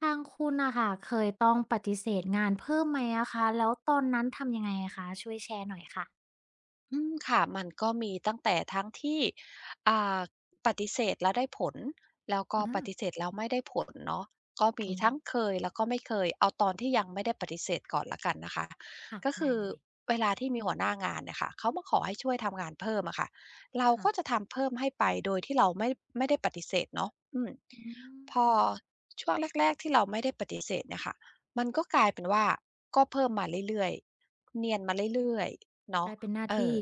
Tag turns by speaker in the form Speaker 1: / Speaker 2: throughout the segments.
Speaker 1: ทางคุณนะค่ะเคยต้องปฏิเสธงานเพิ่มไหมอะคะแล้วตอนนั้นทำยังไงอะคะช่วยแชร์หน่อยค่ะ
Speaker 2: อืมค่ะมันก็มีตั้งแต่ทั้งที่อ่าปฏิเสธแล้วได้ผลแล้วก็ป
Speaker 1: อา
Speaker 2: ฏิเสธแล้วไม่ได้ผลเนาะก็มี
Speaker 1: อืม
Speaker 2: ทั้งเคยแล้วก็ไม่เคยเอาตอนที่ยังไม่ได้ปฏิเสธก่อนแล้วกันนะคะ
Speaker 1: ค่ะ
Speaker 2: ก็คื
Speaker 1: ได้
Speaker 2: อ
Speaker 1: เลย
Speaker 2: เวลาที่มีหัวหน้างานเนี่ยค่ะเขามาขอให้ช่วยทำงานเพิ่มอะค่ะเรา
Speaker 1: ค่ะ
Speaker 2: ก็จะทำเพิ่มให้ไปโดยที่เราไม่ไม่ได้ปฏิเสธเนาะ
Speaker 1: อืม
Speaker 2: พอช่วงแรกๆที่เราไม่ได้ปฏิเสธเนี่ยค่ะมันก็กลายเป็นว่าก็เพิ่มมาเรื่อยๆเนียนมาเรื่อยๆ
Speaker 1: ก
Speaker 2: เนาะ
Speaker 1: ลายเป็นหน้า
Speaker 2: เออ
Speaker 1: ที่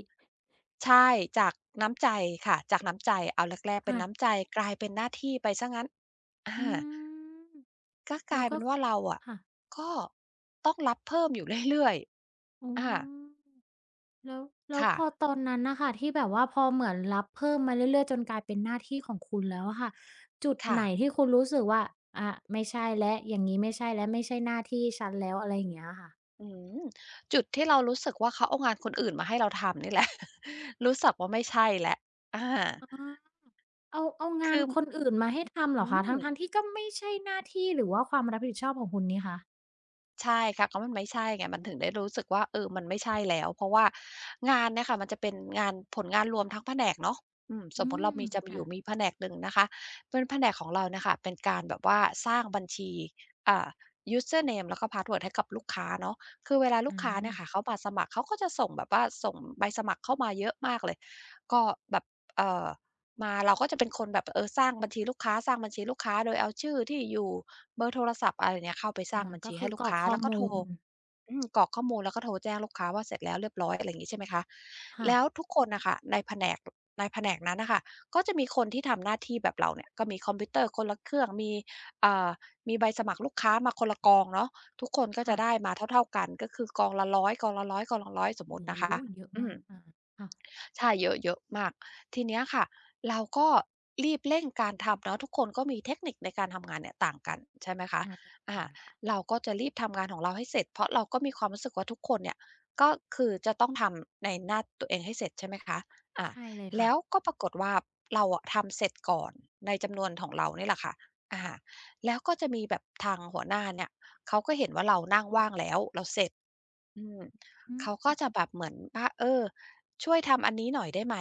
Speaker 2: ใช่จากน้ำใจค่ะจากน้ำใจเอาแรกๆเป็นน้ำ
Speaker 1: ค่ะ
Speaker 2: ใจกลายเป็นหน้าที่ไปเสียงั้นอา
Speaker 1: อืม
Speaker 2: ก็ก
Speaker 1: แล้
Speaker 2: ลา
Speaker 1: ว
Speaker 2: ย
Speaker 1: ก็
Speaker 2: เป็นว่าเราอะ
Speaker 1: ค่ะ
Speaker 2: ก็ต้องรับเพิ่มอยู่ เรื่อย
Speaker 1: อื
Speaker 2: ๆอา
Speaker 1: มแล้วแล้ว
Speaker 2: ค่ะ
Speaker 1: พอตอนนั้นน่ะค่ะที่แบบว่าพอเหมือนรับเพิ่มมาเรื่อยๆจนกลายเป็นหน้าที่ของคุณแล้วอะค่ะจุด
Speaker 2: ค่ะ
Speaker 1: ไหนที่คุณรู้สึกว่าอาไม่ใช่แล้วอย่างงี้ไม่ใช่แล้วไม่ใช่หน้าที่ฉันแล้วอะไรอย่างเงี้ยค่ะ
Speaker 2: อืมจุดที่เรารู้สึกว่าเขาเอางานคนอื่นมาให้เราทำนี่ แหละรู้สึกว่าไม่ใช่แล้วอา
Speaker 1: อา เอางาน
Speaker 2: คือ
Speaker 1: คนอื่นมาให้ทำเหร
Speaker 2: อื
Speaker 1: อคะ
Speaker 2: ม
Speaker 1: ทั้งๆที่ก็ไม่ใช่หน้าที่หรือว่าความรับผิดชอบของคุณนี่คะ
Speaker 2: ใช่ค่ะก็มันไม่ใช่ไงมันถึงได้รู้สึกว่าเออมันไม่ใช่แล้วเพราะว่างานเนี่ยค่ะมันจะเป็นงานผลงานรวมทั้งแผนกเนาะส
Speaker 1: อื
Speaker 2: มมุติ
Speaker 1: ม
Speaker 2: เรามีจะมีอ
Speaker 1: ค่ะ
Speaker 2: ยู่มีแผนกหนึ่งนะคะเป็นแผนกของเราเนี่ยค่ะเป็นการแบบว่าสร้างบัญชีอ่า user name แล้วก็ password ให้กับลูกค้าเนาะคือเวลาลู
Speaker 1: อา
Speaker 2: กค้าเนี่ยค่ะเขามาสมัครเขาก็จะส่งแบบว่าส่งใบสมัครเข้ามาเยอะมากเลยก็แบบเอ่อมาเราก็จะเป็นคนแบบเออสร้างบัญชีลูกค้าสร้างบัญชีลูกค้าโดยเอาชื่อที่อยู่ เบอร์โทรศัพท์อะไรเนี้ยเข้าไปส
Speaker 1: อา
Speaker 2: ร้างบัญ
Speaker 1: ก็
Speaker 2: ชี
Speaker 1: คื
Speaker 2: ให้
Speaker 1: อ
Speaker 2: ลู
Speaker 1: ก
Speaker 2: ก
Speaker 1: รอก
Speaker 2: ค้า
Speaker 1: ข้อ
Speaker 2: แล้วก็โท
Speaker 1: มู
Speaker 2: ร
Speaker 1: ล
Speaker 2: กรอกข้อมูลแล้วก็โทรแจ้งลูกค้าว่าเสร็จแล้วเรียบร้อยอะไรอย่างงี้ใช่ไหมคะ
Speaker 1: ค่
Speaker 2: แล้วทุกคนน่ะค่ะในแผนกในแผนกนั้นน่ะค่ะก็จะมีคนที่ทำหน้าที่แบบเราเนี่ยก็มีคอมพิวเตอร์คนละเครื่องมีอ่ามีใบสมัครลูกค้ามาคนละกองเนาะทุกคนก็
Speaker 1: ะ
Speaker 2: จะ
Speaker 1: ๆ
Speaker 2: ได้มาเท่าๆกันก็คือกองละร้อยกองละร้อยกองละร้อยสมมุติ
Speaker 1: โอ้
Speaker 2: นะ
Speaker 1: โฮ
Speaker 2: คะ
Speaker 1: เยอะ
Speaker 2: อื
Speaker 1: มา
Speaker 2: ม
Speaker 1: กอาค่ะ
Speaker 2: ใช่เยอะเยอะมากทีเนี้ยค่ะเราก็รีบเร่งการทำเนาะทุกคนก็มีเทคนิคในการทำงานเนี่ยต่างกันใช่ไหมคะ
Speaker 1: อา
Speaker 2: อ่า
Speaker 1: ก่อนค่ะ
Speaker 2: เราก็จะรีบทำงานของเราให้เสร็จเพราะเราก็มีความรู้สึกว่าทุกคนเนี่ยก็คือจะต้องทำในหน้าตัวเองให้เสร็จใช่ไหมคะอ่า
Speaker 1: ใช่เลย
Speaker 2: แล้
Speaker 1: ค่ะ
Speaker 2: วก็ปรากฏว่าเราอะทำเสร็จก่อนในจำนวนของเรานี่แหละค่ะอ่าแล้วก็จะมีแบบทางหัวหน้าเนี่ยเขาก็เห็นว่าเรานั่งว่างแล้วเราเสร็จ อืม
Speaker 1: อื
Speaker 2: เขาก็
Speaker 1: ม
Speaker 2: จะแบบเหมือนว่าช่วยทำอันนี้หน่อยได้ไหม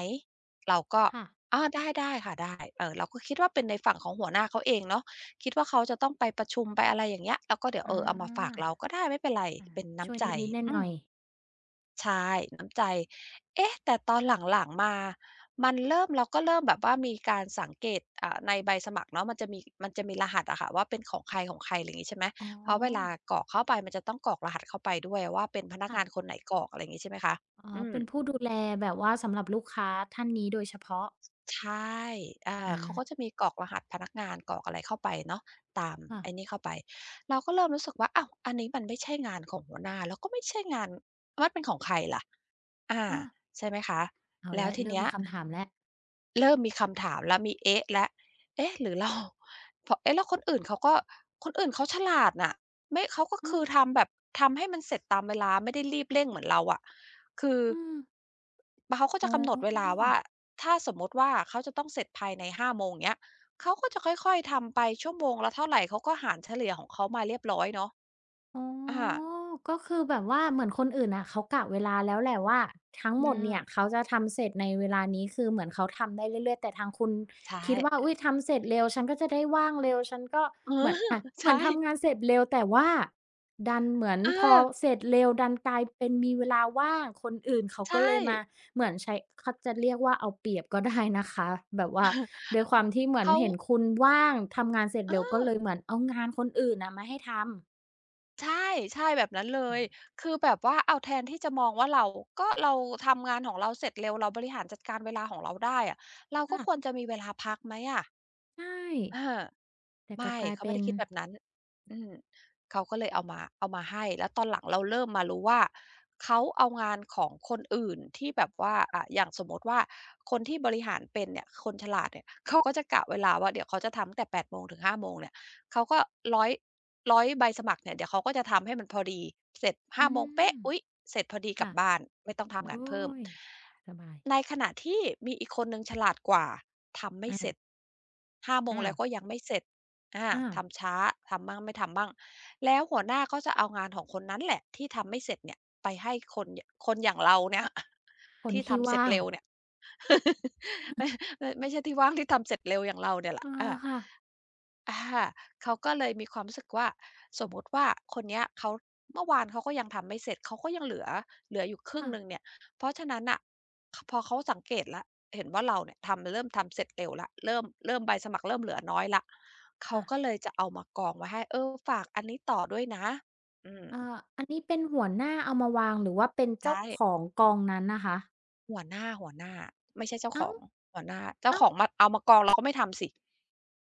Speaker 2: เราก็
Speaker 1: ค่ะ
Speaker 2: อาได้ได้ค่ะได้เราก็คิดว่าเป็นในฝั่งของหัวหน้าเขาเองเนาะคิดว่าเขาจะต้องไปประชุมไปอะไรอย่างเงี้ยแล้วก็เดี๋ยว
Speaker 1: อ
Speaker 2: เอามาฝาก
Speaker 1: า
Speaker 2: เราก็ได้ไม่เป็นไร
Speaker 1: อา
Speaker 2: เป็น
Speaker 1: ช่วย
Speaker 2: น้ำใจ
Speaker 1: นิดๆ
Speaker 2: อื
Speaker 1: ห
Speaker 2: ม
Speaker 1: น่อยๆ
Speaker 2: ใช่น้ำใจเอ๊ะแต่ตอนหลังๆมามันเริ่มเราก็เริ่มแบบว่ามีการสังเกตในใบสมัครเนาะมันจะมีมันจะมีรหัสอะค่ะว่าเป็นของใครของใครอะไรอย่างงี้ใช่ไหม
Speaker 1: อ๋
Speaker 2: เพราะเวลา
Speaker 1: อ
Speaker 2: กรอกเข้าไปมันจะต้องกรอกรหัสเข้าไปด้วยว่าเป็นพนักงานค
Speaker 1: ค่ะ
Speaker 2: นไหนกรอกอะไรอย่างงี้ใช่ไหมคะ
Speaker 1: อ๋อ
Speaker 2: อืม
Speaker 1: เป็นผู้ดูแลแบบว่าสำหรับลูกค้าท่านนี้โดยเฉพาะ
Speaker 2: ใช่อา
Speaker 1: อา
Speaker 2: เขาก็จะมีกรอกรหัสพนักงานกรอกอะไรเข้าไปเนาะตาม
Speaker 1: ค่ะ
Speaker 2: ไอ้นี่เข้าไปเราก็เริ่มรู้สึกว่าอ้าวอันนี้มันไม่ใช่งานของหัวหน้าแล้วก็ไม่ใช่งานมันเป็นของใครล่ะ อา
Speaker 1: อา
Speaker 2: ใช่ไหมคะ
Speaker 1: เอา
Speaker 2: แล้ว
Speaker 1: แล้ว
Speaker 2: ที
Speaker 1: เริ่ม
Speaker 2: เนี้ย
Speaker 1: มีคำถามแล้ว
Speaker 2: เริ่มมีคำถามแล้วมีเอ๊ะแล้วเอ๊ะหรือเรา พอเอ๊ะแล้วคนอื่นเขาก็คนอื่นเขาฉลาดน่ะไม่เขาก็คือ
Speaker 1: อ
Speaker 2: ทำแบบทำให้มันเสร็จตามเวลาไม่ได้รีบเร่งเหมือนเราอะคือ
Speaker 1: ือๆ
Speaker 2: บเขาก็จะ
Speaker 1: อ๋อ
Speaker 2: กำหนดเวลาว่าถ้าสมมุติว่าเขาจะต้องเสร็จภายใน5 โมงเงี้ยเขาก็จะค่อยๆทำไปชั่วโมงละเท่าไรเขาก็หารเฉลี่ยของเขามาเรียบร้อยเนาะ
Speaker 1: อ๋อ
Speaker 2: อา
Speaker 1: ก็คือแบบว่าเหมือนคนอื่นน่ะเขากะเวลาแล้วแหละว่าทั้ง
Speaker 2: อื
Speaker 1: หมด
Speaker 2: ม
Speaker 1: เนี่ยเขาจะทำเสร็จในเวลานี้คือเหมือนเขาทำได้เรื่อยๆแต่ทางคุณ
Speaker 2: ใช่
Speaker 1: คิดว่าอุ๊ ยทำเสร็จเร็วฉันก็จะได้ว่างเร็วฉันก็
Speaker 2: เออ
Speaker 1: เหมือนอะเหมื
Speaker 2: ใช่
Speaker 1: อนทำงานเสร็จเร็วแต่ว่าดันเหมือนพอ
Speaker 2: อา
Speaker 1: เสร็จเร็วดันกลายเป็นมีเวลาว่างคนอื่นเขา
Speaker 2: ใช่
Speaker 1: ก็เลยมาเหมือนใช้เขาจะเรียกว่าเอาเปรียบก็ได้นะคะแบบว่าด้วยความที่เหมือน
Speaker 2: เขา
Speaker 1: เห็นคุณว่างทำงานเสร็จเร็วก็เล
Speaker 2: เออ
Speaker 1: ยเหมือนเอางานคนอื่นน่ะมาให้ทำ
Speaker 2: ใช่ใช่แบบนั้นเลยคือแบบว่าอ้าวแทนที่จะมองว่าเราก็เราทำงานของเราเสร็จเร็วเราบริหารจัดการเวลาของเราได้อะเราก็ควร
Speaker 1: ค่ะ
Speaker 2: จะมีเวลาพักไหมอะ
Speaker 1: ใช่
Speaker 2: อา
Speaker 1: แต่กลับ
Speaker 2: ไม่
Speaker 1: กลาย
Speaker 2: เขา
Speaker 1: เป็
Speaker 2: ไม่ได้
Speaker 1: น
Speaker 2: คิดแบบนั้นอืมเขาก็เลยเอามาให้แล้วตอนหลังเราเริ่มมารู้ว่าเขาเอางานของคนอื่นที่แบบว่าอย่างสมมุติว่าคนที่บริหารเป็นเนี่ยคนฉลาดเนี่ยเขาก็จะกะเวลาว่าเดี๋ยวเขาจะทำตั้งแต่8โมงถึงห้าโมงเนี่ยเขาก็ร้อยร้อยใบสมัครเนี่ยเดี๋ยวเขาก็จะทำให้มันพอดีเสร็จ
Speaker 1: อื
Speaker 2: 5โมง
Speaker 1: ม
Speaker 2: เป๊ะอุ๊ยเสร็จพอดีกลั
Speaker 1: ค่ะ
Speaker 2: บบ้านไม่ต้องทำ
Speaker 1: โอ้
Speaker 2: งานเพิ่ม
Speaker 1: ยสบาย
Speaker 2: ในขณะที่มีอีกคนหนึ่งฉลาดกว่าทำไม่เสร็จ
Speaker 1: อา
Speaker 2: ห้าโมง
Speaker 1: อ้า
Speaker 2: แล้
Speaker 1: ว
Speaker 2: วก็ยังไม่เสร็จ อ่า
Speaker 1: อ้าว
Speaker 2: ทำช้าทำมั่งไม่ทำมั่งแล้วหัวหน้าก็จะเอางานของคนนั้นแหละที่ทำไม่เสร็จเนี่ยไปให้คนอย่างเราเนี่ย
Speaker 1: ผ ล
Speaker 2: ที่
Speaker 1: ที่
Speaker 2: ทำเสร็จ
Speaker 1: ว่าง
Speaker 2: เร็วเนี่ย ไม่ไม่ใช่ที่ว่างที่ทำเสร็จเร็วอย่างเราเนี่ยแห
Speaker 1: เอ
Speaker 2: ละอา
Speaker 1: อค่ะ
Speaker 2: อาเขาก็เลยมีความรู้สึกว่าสมมุติว่าคนเนี้ยเขาเมื่อวานเขาก็ยังทำไม่เสร็จเขาก็ยังเหลืออยู่ครึ่ง
Speaker 1: ค่ะ
Speaker 2: หนึ่งเนี่ยเพราะฉะนั้นอ่ะพอเขาสังเกตแล้วเห็นว่าเราเนี่ยเริ่มทำเสร็จเร็วละเริ่มใบสมัครเริ่มเหลือน้อยละเขา
Speaker 1: ค่ะ
Speaker 2: ก็เลยจะเอามากองไว้ให้เออฝากอันนี้ต่อด้วยนะอืม
Speaker 1: อันนี้เป็นหัวหน้าเอามาวางหรือว่าเป็นเจ้าข
Speaker 2: ใช่
Speaker 1: องกองนั้นนะคะ
Speaker 2: หัวหน้าไม่ใช่เจ้าข
Speaker 1: อ้า
Speaker 2: อ
Speaker 1: ว
Speaker 2: งหัวหน้าเจ้า
Speaker 1: อ้า
Speaker 2: ข
Speaker 1: ว
Speaker 2: องมาเอามากองเราก็ไม่ทำสิ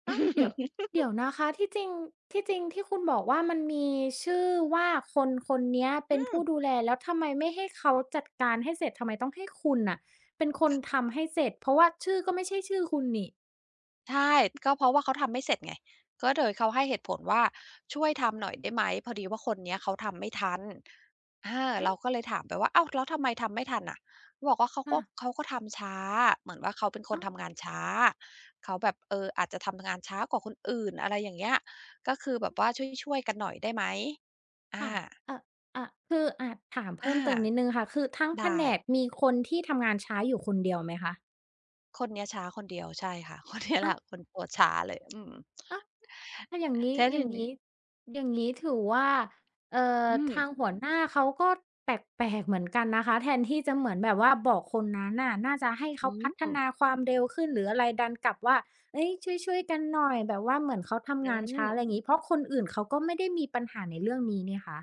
Speaker 1: อ๊ะเดี๋ยวเดี๋ยวนะคะที่จริงที่คุณบอกว่ามันมีชื่อว่าคนคนเนี้ยเป็นผู้ ดูแลแล้วทำไมไม่ให้เขาจัดการให้เสร็จทำไมต้องให้คุณน่ะเป็นคนทำให้เสร็จเพราะว่าชื่อก็ไม่ใช่ชื่อคุณนี่
Speaker 2: ใช่ก็เพราะว่าเขาทำไม่เสร็จไงก็เลยเขาให้เหตุผลว่าช่วยทำหน่อยได้ไหมพอดีว่าคนเนี้ยเขาทำไม่ทันอา
Speaker 1: อ้าว
Speaker 2: เราก็เลยถามไปว่าอ้าวแล้วทำไมทำไม่ทันน่ะเขาบอกว่าเขาก็
Speaker 1: ค่ะ
Speaker 2: เขาก็ทำช้าเหมือนว่าเขาเป็นคน
Speaker 1: อ้าว
Speaker 2: ทำงานช้าเขาแบบเอออาจจะทำงานช้ากว่าคนอื่นอะไรอย่างเงี้ยก็คือแบบว่าช่วยๆกันหน่อยได้ไหมอา
Speaker 1: ค่ะเอ่อคือถาม
Speaker 2: อา
Speaker 1: เพิ่มเติมนิดหนึ่งค่ะคือทั้งแผ
Speaker 2: ได้
Speaker 1: นกมีคนที่ทำงานช้าอยู่คนเดียวไหมคะ
Speaker 2: คนเนี้ยช้าคนเดียวใช่ค่ะ คนเนี้ยแห
Speaker 1: อ้า
Speaker 2: ละ
Speaker 1: ว
Speaker 2: คนตัวช้าเลยอืม
Speaker 1: อ้าว ถ้าอย่า
Speaker 2: แ
Speaker 1: งนี้
Speaker 2: ล้ว
Speaker 1: อ
Speaker 2: ที
Speaker 1: ย่าง
Speaker 2: นี้
Speaker 1: นี้อย่างนี้ถือว่าเอ่อ
Speaker 2: อืม
Speaker 1: ทางหัวหน้าเขาก็แปลกๆเหมือนกันนะคะแทนที่จะเหมือนแบบว่าบอกคนนั้นน่ะน่าจะให้
Speaker 2: อื
Speaker 1: เขา
Speaker 2: ม
Speaker 1: พัฒนาความเร็วขึ้นหรืออะไรดันกลับว่าเฮ้ยช่วยๆกันหน่อยแบบว่าเหมือนเขาทำ
Speaker 2: อื
Speaker 1: งานช้า
Speaker 2: ม
Speaker 1: อะไรงี้เพราะคนอื่นเขาก็ไม่ได้มีปัญหาในเรื่องนี้นี่คะ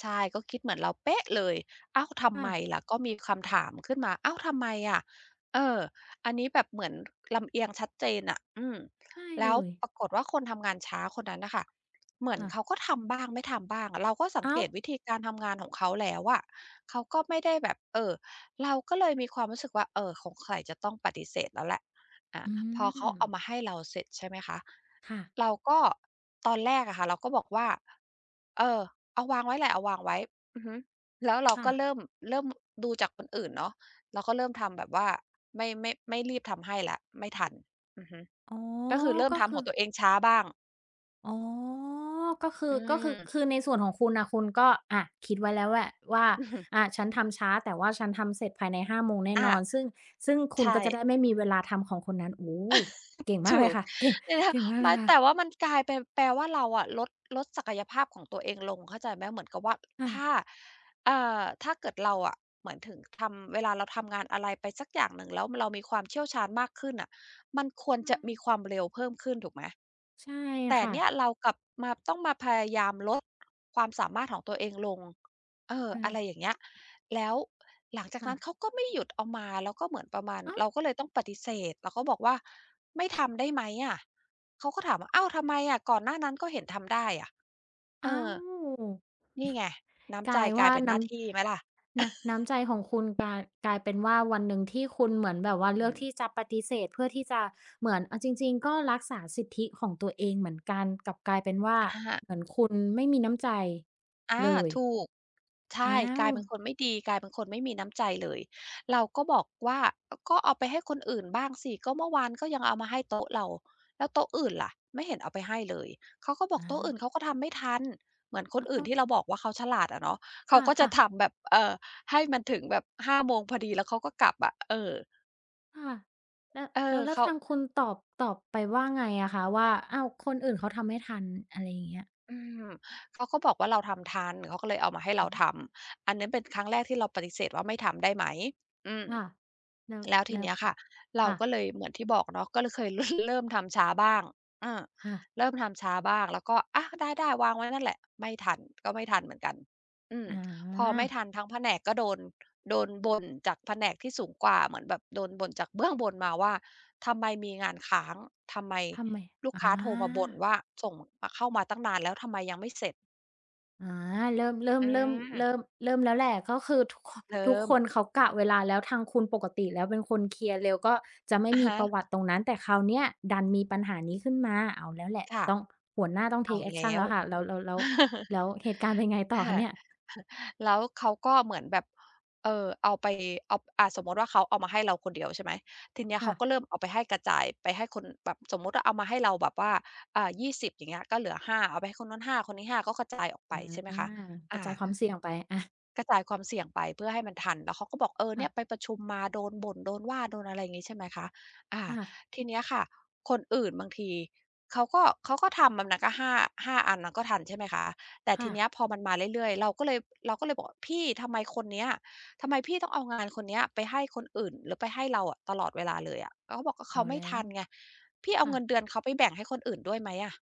Speaker 2: ใช่ก็คิดเหมือนเราเป๊ะเลยอ้าวทำ
Speaker 1: ค่ะ
Speaker 2: ไมล่ะก็มีคำถามขึ้นมาอ้าวทำไมอะเอออันนี้แบบเหมือนลำเอียงชัดเจนอะอืม
Speaker 1: ใช่เล
Speaker 2: แล้ว
Speaker 1: ย
Speaker 2: ปรากฏว่าคนทำงานช้าคนนั้นน่ะค่ะเหมือน
Speaker 1: ค่ะ
Speaker 2: เขาก็ทำบ้างไม่ทำบ้างเราก็สัง
Speaker 1: อ้า
Speaker 2: เก
Speaker 1: ว
Speaker 2: ตวิธีการทำงานของเขาแล้วอะเขาก็ไม่ได้แบบเออเราก็เลยมีความรู้สึกว่าเออสงสัยจะต้องปฏิเสธแล้วแหละอ่า
Speaker 1: อื
Speaker 2: พอเขา
Speaker 1: ม
Speaker 2: เอามาให้เราเสร็จใช่ไหมคะ
Speaker 1: ค่ะ
Speaker 2: เราก็ตอนแรกอะค่ะเราก็บอกว่าเออ เอาวางไว้แหละเอาวางไว้อือฮึแล้วเรา
Speaker 1: ค่ะ
Speaker 2: ก็เริ่มดูจากคนอื่นเนาะเราก็เริ่มทำแบบว่าไม่ไม่รีบทำให้แล้วไม่ทันอือฮึ
Speaker 1: อ๋อ
Speaker 2: ก็คือเริ่ม
Speaker 1: ก็
Speaker 2: ทำข
Speaker 1: คื
Speaker 2: อ
Speaker 1: อ
Speaker 2: งตัวเองช้าบ้าง
Speaker 1: อ๋อก็คื
Speaker 2: อื
Speaker 1: อก็คือ
Speaker 2: ม
Speaker 1: คือในส่วนของคุณน่ะคุณก็อะคิดไว้แล้วแหละว่าอะ ฉันทำช้าแต่ว่าฉันทำเสร็จภายใน5โมงแน่นอ
Speaker 2: อา
Speaker 1: น ซึ่งซึ่งคุณ
Speaker 2: ใช่
Speaker 1: ก็จะได้ไม่มีเวลาทำของคนนั้นโอ้เก่งมาก
Speaker 2: ถู
Speaker 1: เลย
Speaker 2: ก
Speaker 1: ค่ะ เก่ง
Speaker 2: แต่ถ
Speaker 1: เก่งมากเล
Speaker 2: มา
Speaker 1: ย
Speaker 2: แต่ว่า
Speaker 1: ค่ะ
Speaker 2: มันกลายเป็นแปลว่าเราอะลดศักยภาพของตัวเองลงเข้าใจไหมเหมือนกับว่า
Speaker 1: ค่ะ
Speaker 2: ถ้าถ้าเกิดเราอะเหมือนถึงทำเวลาเราทำงานอะไรไปสักอย่างหนึ่งแล้วเรามีความเชี่ยวชาญมากขึ้นน่ะมันควร
Speaker 1: ใช่
Speaker 2: จะมีความเร็วเพิ่มขึ้นถูกไหม
Speaker 1: ใช่
Speaker 2: แต่
Speaker 1: ค่ะ
Speaker 2: เนี่ยเรากลับมาต้องมาพยายามลดความสามารถของตัวเองลงเออ
Speaker 1: เอ
Speaker 2: อะ
Speaker 1: อ
Speaker 2: ไรอย่างเงี้ย แล้วหลังจากนั้นเขา
Speaker 1: ค่ะ
Speaker 2: ก็ไม่หยุดเอามาแล้วก็เหมือนประมาณ
Speaker 1: อ้าว
Speaker 2: เราก็เลยต้องปฏิเสธเราก็บอกว่าไม่ทำได้ไหมอะเขาก็ถามว่าอ้าวทำไมอะก่อนหน้านั้นก็เห็นทำได้อะเอ
Speaker 1: อ้า
Speaker 2: อ
Speaker 1: ว
Speaker 2: นี่ไง
Speaker 1: ก
Speaker 2: น้ำใจ
Speaker 1: ลาย
Speaker 2: กลาย
Speaker 1: ว่า
Speaker 2: เป็นห
Speaker 1: น้
Speaker 2: น้าที่ไหมล่ะ
Speaker 1: ำนน้ำใจของคุณกลายเป็นว่าวันหนึ่งที่คุณเหมือนแบบว่า
Speaker 2: อื
Speaker 1: เลือก
Speaker 2: ม
Speaker 1: ที่จะปฏิเสธเพื่อที่จะเหมือนเอาจริงๆก็รักษาสิทธิของตัวเองเหมือนกันกลับกลายเป็นว่า
Speaker 2: อา
Speaker 1: เหมือนคุณไม่มีน้ำใจ
Speaker 2: อา
Speaker 1: เลย
Speaker 2: ถูกใช่
Speaker 1: อ้า
Speaker 2: ก
Speaker 1: ว
Speaker 2: ลายเป็นคนไม่ดีกลายเป็นคนไม่มีน้ำใจเลย เราก็บอกว่าก็เอาไปให้คนอื่นบ้างสิ ก็เมื่อวานก็ยังเอามาให้โต๊ะเราแล้วโต๊ะอื่นล่ะ ไม่เห็นเอาไปให้เลย เขาก็บอก
Speaker 1: อา
Speaker 2: โต๊ะอื่นเขาก็ทำไม่ทัน เหมือนคน
Speaker 1: อ้าว
Speaker 2: อื่น
Speaker 1: ต้อง
Speaker 2: ที่เราบอกว่าเขาฉลาดอะเนาะ
Speaker 1: ค
Speaker 2: เขาก็จะ
Speaker 1: ่ะๆ
Speaker 2: ทำแบบให้มันถึงแบบห้าโมงพอดีแล้วเขาก็กลับอะเออ
Speaker 1: ๆแล้ว
Speaker 2: เอ
Speaker 1: แล้
Speaker 2: อ
Speaker 1: วแล้ว
Speaker 2: เขา
Speaker 1: ทางคุณตอบไปว่าไงอะคะว่าอ้าวคนอื่นเขาทำไม่ทันอะไรอย่างเงี้ย
Speaker 2: อืมเขาก็บอกว่าเราทำทันเขาก็เลยเอามาให้เรา
Speaker 1: อ๋อ
Speaker 2: ทำอันนั้นเป็นครั้งแรกที่เราปฏิเสธว่าไม่ทำได้ไหมอืม
Speaker 1: ค่ะแล้ว
Speaker 2: แล้วที
Speaker 1: แล้ว
Speaker 2: เนี้ยค่ะเรา
Speaker 1: ค่ะ
Speaker 2: ก็เลยเหมือนที่บอกเนาะก็เลยเคย เริ่มทำช้าบ้างอา
Speaker 1: ๆ
Speaker 2: เริ่มทำช้าบ้างแล้วก็อะได้ได้วางไว้นั่นแหละไม่ทันก็ไม่ทันเหมือนกันอืม
Speaker 1: อา
Speaker 2: พอไม่ทันทั้งแผนกก็โดนบ่นจากแผนกที่สูงกว่าเหมือนแบบโดนบ่นจากเบื้องบนมาว่าทำไมมีงานค้างทำไม
Speaker 1: ทำไม
Speaker 2: ลูกค้า
Speaker 1: อา
Speaker 2: โทรมาบ่นว่าส่งมาเข้ามาตั้งนานแล้วทำไมยังไม่เสร็จ
Speaker 1: อาเริ่มเริ่ม
Speaker 2: อื
Speaker 1: เริ่ม
Speaker 2: ม
Speaker 1: เริ่มเริ่มแล้วแหละก็คือทุกคทุ
Speaker 2: เริ่
Speaker 1: ก
Speaker 2: ม
Speaker 1: คนเขากะเวลาแล้วทางคุณปกติแล้วเป็นคนเคลียร์เร็วก็จะไม่
Speaker 2: อะ
Speaker 1: มี
Speaker 2: ฮะ
Speaker 1: ประวัติตรงนั้นแต่คราวเนี้ยดันมีปัญหานี้ขึ้นมาเอาแล้วแหละ
Speaker 2: ค่ะ
Speaker 1: ต้องหัวหน้าต้อง
Speaker 2: เอา
Speaker 1: take
Speaker 2: แล้
Speaker 1: action
Speaker 2: ว
Speaker 1: แล้วค่ะแล้วแล้ว เหตุการณ์เป็นไงต่อ
Speaker 2: อา
Speaker 1: คะเนี่ย
Speaker 2: แล้วเขาก็เหมือนแบบเอาไปเอาสมมุติว่าเขาเอามาให้เราคนเดียวใช่ไหมทีเนี้ยเขาก็
Speaker 1: ค่ะ
Speaker 2: เริ่มเอาไปให้กระจายไปให้คนแบบสมมุติว่าเอามาให้เราแบบว่า20อย่างเงี้ยก็เหลือห้าเอาไปให้คนนู้นห้าคนนี้ห้าก็กระจายออกไป
Speaker 1: อา
Speaker 2: ใช่ไหมคะ
Speaker 1: ก
Speaker 2: อา
Speaker 1: ระจายความเสี่ยงไปอา
Speaker 2: กระจายความเสี่ยงไปเพื่อให้มันทันแล้วเขาก็บอกเออเนี่ยไป
Speaker 1: ค่ะ
Speaker 2: ประชุมมาโดนบ่นโดนว่าโดนอะไรอย่างงี้ใช่ไหมคะอ่า
Speaker 1: ค่ะ
Speaker 2: ทีเนี้ยค่ะคนอื่นบางทีเขาก็ทำมันน่ะก็ห้าอันมันก็ทันใช่ไหมคะ แต่ที
Speaker 1: ค่ะ
Speaker 2: เนี้ยพอมันมาเรื่อยๆเราก็เลยบอกว่าพี่ทำไมคนเนี้ยทำไมพี่ต้องเอางานคนเนี้ยไปให้คนอื่นหรือไปให้เราอะตลอดเวลาเลยอะเขาบอกว่าเขา
Speaker 1: เอา
Speaker 2: ไม่
Speaker 1: แล้
Speaker 2: ทัน
Speaker 1: ว
Speaker 2: ไงพี่เอา
Speaker 1: ค่ะ
Speaker 2: เงินเดือนเขาไปแบ่งให้คนอื่นด้วยไหมอะ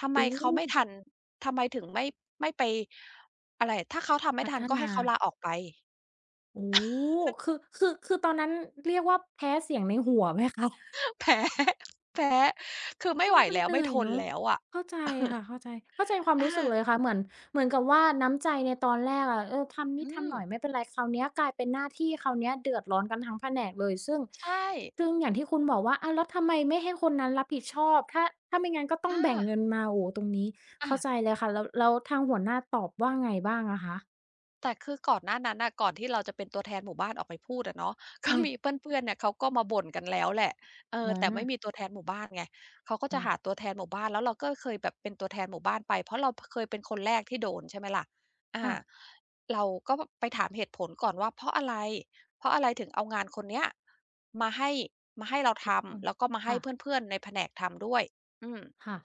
Speaker 2: ทำไม
Speaker 1: โอ้
Speaker 2: เขาไม่ทันทำไมถึงไม่ไปอะไรถ้าเขาทำไม่
Speaker 1: พั
Speaker 2: ทั
Speaker 1: ฒ
Speaker 2: นก็ให้
Speaker 1: นา
Speaker 2: เขาลาออกไป
Speaker 1: โอ้คือตอนนั้นเรียกว่าแพ้เสียงในหัวไหมคะ
Speaker 2: แพ้แพ้คือไม่
Speaker 1: เอ
Speaker 2: ไหว
Speaker 1: อมัน
Speaker 2: แล้ว
Speaker 1: เห
Speaker 2: ไม่
Speaker 1: นื่อ
Speaker 2: ท
Speaker 1: ย
Speaker 2: น
Speaker 1: เนาะ
Speaker 2: แล้วอะ
Speaker 1: เข้าใจ ค่ะเข้าใจเข้าใจความ
Speaker 2: อ
Speaker 1: รู้สึก
Speaker 2: า
Speaker 1: เลยค่ะเหมือนกับว่าน้ำใจในตอนแรกอะเออทำนิ
Speaker 2: อื
Speaker 1: ด
Speaker 2: ม
Speaker 1: ทำหน่อยไม่เป็นไรคราวเนี้ยกลายเป็นหน้าที่คราวเนี้ยเดือดร้อนกันทั้งแผนกเลยซึ่ง
Speaker 2: ใช่
Speaker 1: ซึ่งอย่างที่คุณบอกว่าอ้าวแล้วทำไมไม่ให้คนนั้นรับผิดชอบถ้าไม่งั้นก็ต้
Speaker 2: อ
Speaker 1: องแบ่ง
Speaker 2: า
Speaker 1: เงินมาโอ้โฮตรงนี้
Speaker 2: อา
Speaker 1: เข้าใจเลยค่ะแล้วแล้วทางหัวหน้าตอบว่าไงบ้างอะคะ
Speaker 2: แต่คือก่อนหน้านั้นน่ะก่อนที่เราจะเป็นตัวแทนหมู่บ้านออกไปพูดอะเนาะ ก็
Speaker 1: อือ
Speaker 2: มีเพื่อนๆเนี่ยเขาก็มาบ่นกันแล้วแหละเออแต่ไม่
Speaker 1: อา
Speaker 2: มีตัวแทนหมู่บ้านไงเขาก็จะ
Speaker 1: อา
Speaker 2: หาตัวแทนหมู่บ้านแล้วเราก็เคยแบบเป็นตัวแทนหมู่บ้านไปเพราะเราเคยเป็นคนแรกที่โดนใช่ไหมล่ะอา
Speaker 1: ค่ะ
Speaker 2: เราก็ไปถามเหตุผลก่อนว่าเพราะอะไรเพราะอะไรถึงเอางานคนเนี้ยมาให้มาให้เรา
Speaker 1: ทุกคน
Speaker 2: ทำแล้วก็มาให้
Speaker 1: ค่ะ
Speaker 2: เพื่อนๆในแผนกทำด้วยอืม
Speaker 1: ค่ะ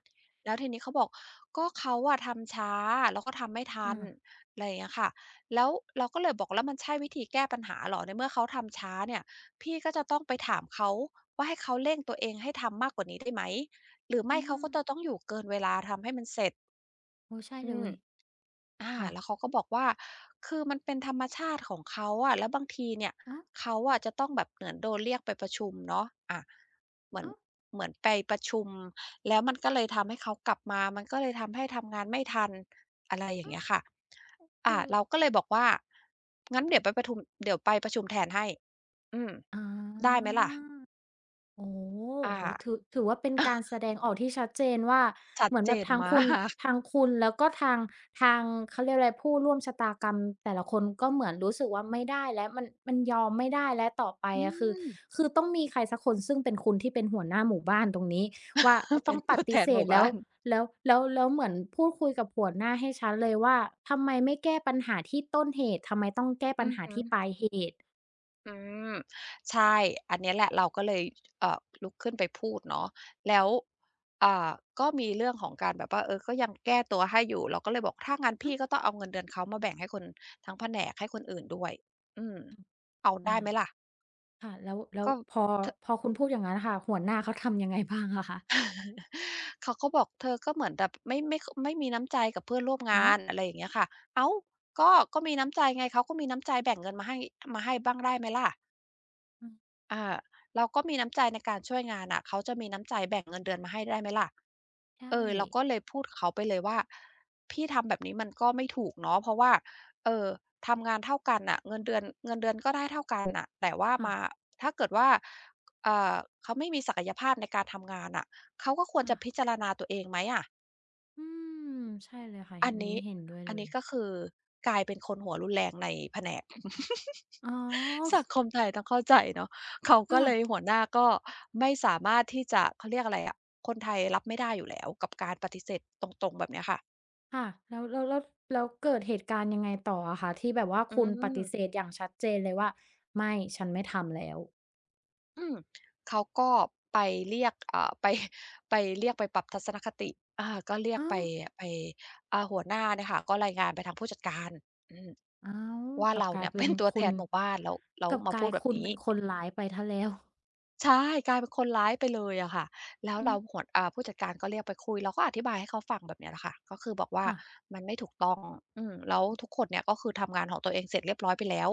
Speaker 2: แล้วทีนี้เขาบอกก็เขาอะทำช้าแล้วก็ทำไม่ทั
Speaker 1: อา
Speaker 2: นอะไรอย่างเงี้ยค่ะแล้วเราก็เลยบอกแล้วมันใช่วิธีแก้ปัญหาเหรอในเมื่อเขาทำช้าเนี่ยพี่ก็จะต้องไปถามเขาว่าให้เขาเร่งตัวเองให้ทำมากกว่านี้ได้ไหมหรือไม่
Speaker 1: อื
Speaker 2: เขา
Speaker 1: ม
Speaker 2: ก็จะต้องอยู่เกินเวลาทำให้มันเสร็จ
Speaker 1: โอ้ใช่
Speaker 2: อื
Speaker 1: เล
Speaker 2: ม
Speaker 1: ย
Speaker 2: อา
Speaker 1: ค่ะ
Speaker 2: แล้วเขาก็บอกว่าคือมันเป็นธรรมชาติของเขาอะแล้วบางทีเนี่ย
Speaker 1: อ้าว
Speaker 2: เขาอะจะต้องแบบเหมือนโดนเรียกไปประชุมเนาะอาเหมือน
Speaker 1: อ้าว
Speaker 2: เหมือนไปประชุมแล้วมันก็เลยทำให้เขากลับมามันก็เลยทำให้ทำงานไม่ทันอะไรอย่าง
Speaker 1: อ้าว
Speaker 2: เงี้ยค่ะ
Speaker 1: คื
Speaker 2: อา
Speaker 1: อ
Speaker 2: เราก็เลยบอกว่างั้นเดี๋ยวไปประชุมแทนให้อืม
Speaker 1: อ๋อ
Speaker 2: ได้ไหมล่ะ
Speaker 1: โอ้
Speaker 2: อา
Speaker 1: โถือถือว่าเป็น การแสดงออกที่ชัดเจนว่า
Speaker 2: ชัด
Speaker 1: เหมือน
Speaker 2: เจ
Speaker 1: แบบ
Speaker 2: น
Speaker 1: ทาง
Speaker 2: มา
Speaker 1: คุณ
Speaker 2: ก
Speaker 1: ทางคุณแล้วก็ทางทางเขาเรียกอะไรผู้ร่วมชะตากรรมแต่ละคนก็เหมือนรู้สึกว่าไม่ได้แล้วมันยอมไม่ได้แล้วต่อไป
Speaker 2: อื
Speaker 1: อะคือ
Speaker 2: ม
Speaker 1: คือต้องมีใครสักคนซึ่งเป็นคุณที่เป็นหัวหน้าหมู่บ้านตรงนี้ว่าอ ต้
Speaker 2: เป็
Speaker 1: อ
Speaker 2: น
Speaker 1: งป
Speaker 2: ตัวแท
Speaker 1: ฏิ
Speaker 2: น
Speaker 1: เส
Speaker 2: ห
Speaker 1: ธ
Speaker 2: มู่
Speaker 1: แล้ว
Speaker 2: บ้าน
Speaker 1: แล้วเหมือนพูดคุยกับหัวหน้าให้ชัดเลยว่าทำไมไม่แก้ปัญหาที่ต้นเหตุทำไมต้องแก้ปั
Speaker 2: อื
Speaker 1: ญ
Speaker 2: อ
Speaker 1: หา
Speaker 2: ฮึ
Speaker 1: ที่ปลายเหตุ
Speaker 2: อืมใช่อันเนี้ยแหละเราก็เลยเอ่อลุกขึ้นไปพูดเนาะแล้วอ่าก็มีเรื่องของการแบบว่าเออก็ยังแก้ตัวให้อยู่เราก็เลยบอกถ้างั้น
Speaker 1: อา
Speaker 2: พี่ก็ต้องเอาเงินเดือนเขามาแบ่งให้คนทั้งแผนกให้คนอื่นด้วยอืมเอา
Speaker 1: อา
Speaker 2: ได้ไหมล่ะ
Speaker 1: ค่ะแล้วแล้ว
Speaker 2: ก็
Speaker 1: พอ
Speaker 2: เธอ
Speaker 1: พอคุณพูดอย่างงั้นค่ะหัวหน้าเขาทำยังไง บ้างอะคะ
Speaker 2: เขาก็บอกเธอก็เหมือนแบบไม่มีน้ำใจกับเพื่อนร่วมงา
Speaker 1: อ้าว
Speaker 2: นอะไรอย่างเงี้ยค่ะอ้าวก็มีน้ำใจไงเขาก็มีน้ำใจแบ่งเงินมาให้มาให้บ้างได้ไหมล่ะ
Speaker 1: อืม
Speaker 2: อ่าเราก็มีน้ำใจในการช่วยงานน่ะเขาจะมีน้ำใจแบ่งเงินเดือนมาให้ได้ไหมล่ะ
Speaker 1: ใช่
Speaker 2: เออเราก็เลยพูดกับเขาไปเลยว่าพี่ทำแบบนี้มันก็ไม่ถูกเนาะเพราะว่าเอ่อทำงานเท่ากันน่ะเงินเดือนก็ได้เท่ากันน่ะแต่ว่า
Speaker 1: ค่ะ
Speaker 2: มาถ้าเกิดว่าเอ่อเขาไม่มีศักยภาพในการทำงานน่ะเขาก็ควร
Speaker 1: ค่ะ
Speaker 2: จะพิจารณาตัวเองไหมอะ
Speaker 1: อืมใช่เลยค่ะ
Speaker 2: อั
Speaker 1: เห็
Speaker 2: น
Speaker 1: น
Speaker 2: นี้
Speaker 1: นี้เห็นด้วย
Speaker 2: อัน
Speaker 1: เลย
Speaker 2: นี้ก็คือกลายเป็นคนหัวรุนแรงในแผนก
Speaker 1: อ๋อ
Speaker 2: สังคมไทยต้องเข้าใจเนาะเขาก็เลย
Speaker 1: ค่ะ
Speaker 2: หัวหน้าก็ไม่สามารถที่จะเขาเรียกอะไรอะคนไทยรับไม่ได้อยู่แล้วกับการปฏิเสธตรงๆแบบเนี้ยค่ะ
Speaker 1: ค่ะแล้วเกิดเหตุการณ์ยังไงต่ออะคะที่แบบว่า
Speaker 2: อื
Speaker 1: คุณปฏิเส
Speaker 2: ม
Speaker 1: ธอย่างชัดเจนเลยว่าไม่ฉันไม่ทำแล้ว
Speaker 2: อืมเขาก็ไปเรียกเอ่อไป ไปเรียกไปปรับทัศนคติอาก็เรียก
Speaker 1: อ้า
Speaker 2: ไป
Speaker 1: ว
Speaker 2: ไปหัวหน้าเนี่ยค่ะก็รายงานไปทางผู้จัดการอืม
Speaker 1: อ้าว
Speaker 2: ว่า
Speaker 1: กลับ
Speaker 2: เรา
Speaker 1: กลา
Speaker 2: เนี่
Speaker 1: ย
Speaker 2: ย
Speaker 1: เป็
Speaker 2: เป็
Speaker 1: น
Speaker 2: นตัวแท
Speaker 1: คุณ
Speaker 2: นหมู่บ้านแล้ว
Speaker 1: กลับ
Speaker 2: มา
Speaker 1: กลา
Speaker 2: พูด
Speaker 1: ย
Speaker 2: แบบ
Speaker 1: คุณ
Speaker 2: นี้
Speaker 1: เป็นคนร้ายไปเสียแล้ว
Speaker 2: ใช่กลายเป็นคนร้ายไปเลยอะค่ะแล้ว
Speaker 1: อื
Speaker 2: เรา
Speaker 1: ม
Speaker 2: หัวอ่าผู้จัดการก็เรียกไปคุยเราก็อธิบายให้เขาฟังแบบเนี้ยแหละค่ะก็คือบอกว่า
Speaker 1: ค่ะ
Speaker 2: มันไม่ถูกต้องอืมแล้วทุกคนเนี่ยก็คือทำงานของตัวเองเสร็จเรียบร้อยไปแล้ว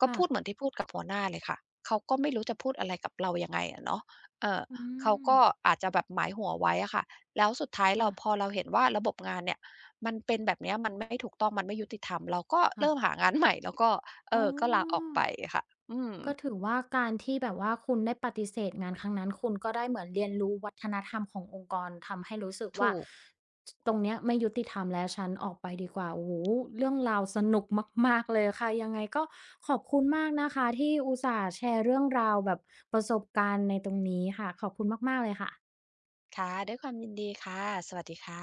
Speaker 2: ก็
Speaker 1: ค่ะ
Speaker 2: พูดเหมือนที่พูดกับหัวหน้าเลยค่ะเขาก็ไม่รู้จะพูดอะไรกับเรายังไงอะเนาะเอ่อ
Speaker 1: อื
Speaker 2: เขา
Speaker 1: ม
Speaker 2: ก็อาจจะแบบหมายหัวไว้อะค่ะแล้วสุดท้ายเรา
Speaker 1: ค่ะ
Speaker 2: พอเราเห็นว่าระบบงานเนี่ยมันเป็นแบบเนี้ยมันไม่ถูกต้องมันไม่ยุติธรรมเราก็
Speaker 1: ค่ะ
Speaker 2: เริ่มหางานใหม่แล้วก็เอ
Speaker 1: อ๋อ
Speaker 2: อก็ลาออกไปค่ะอืม
Speaker 1: ก็ถือว่าการที่แบบว่าคุณได้ปฏิเสธงานครั้งนั้นคุณก็ได้เหมือนเรียนรู้วัฒนธรรมขององค์กรทำให้รู้สึก
Speaker 2: ถู
Speaker 1: ว่า
Speaker 2: ก
Speaker 1: ตรงเนี้ยไม่ยุติธรรมแล้วฉันออกไปดีกว่าโอ้โฮเรื่องราวสนุกมากๆเลยค่ะยังไงก็ขอบคุณมากนะคะที่อุตส่าห์แชร์เรื่องราวแบบประสบการณ์ในตรงนี้ค่ะขอบคุณมากๆเลยค่ะ
Speaker 2: ค่ะ ด้วยความยินดีค่ะ สวัสดีค่ะ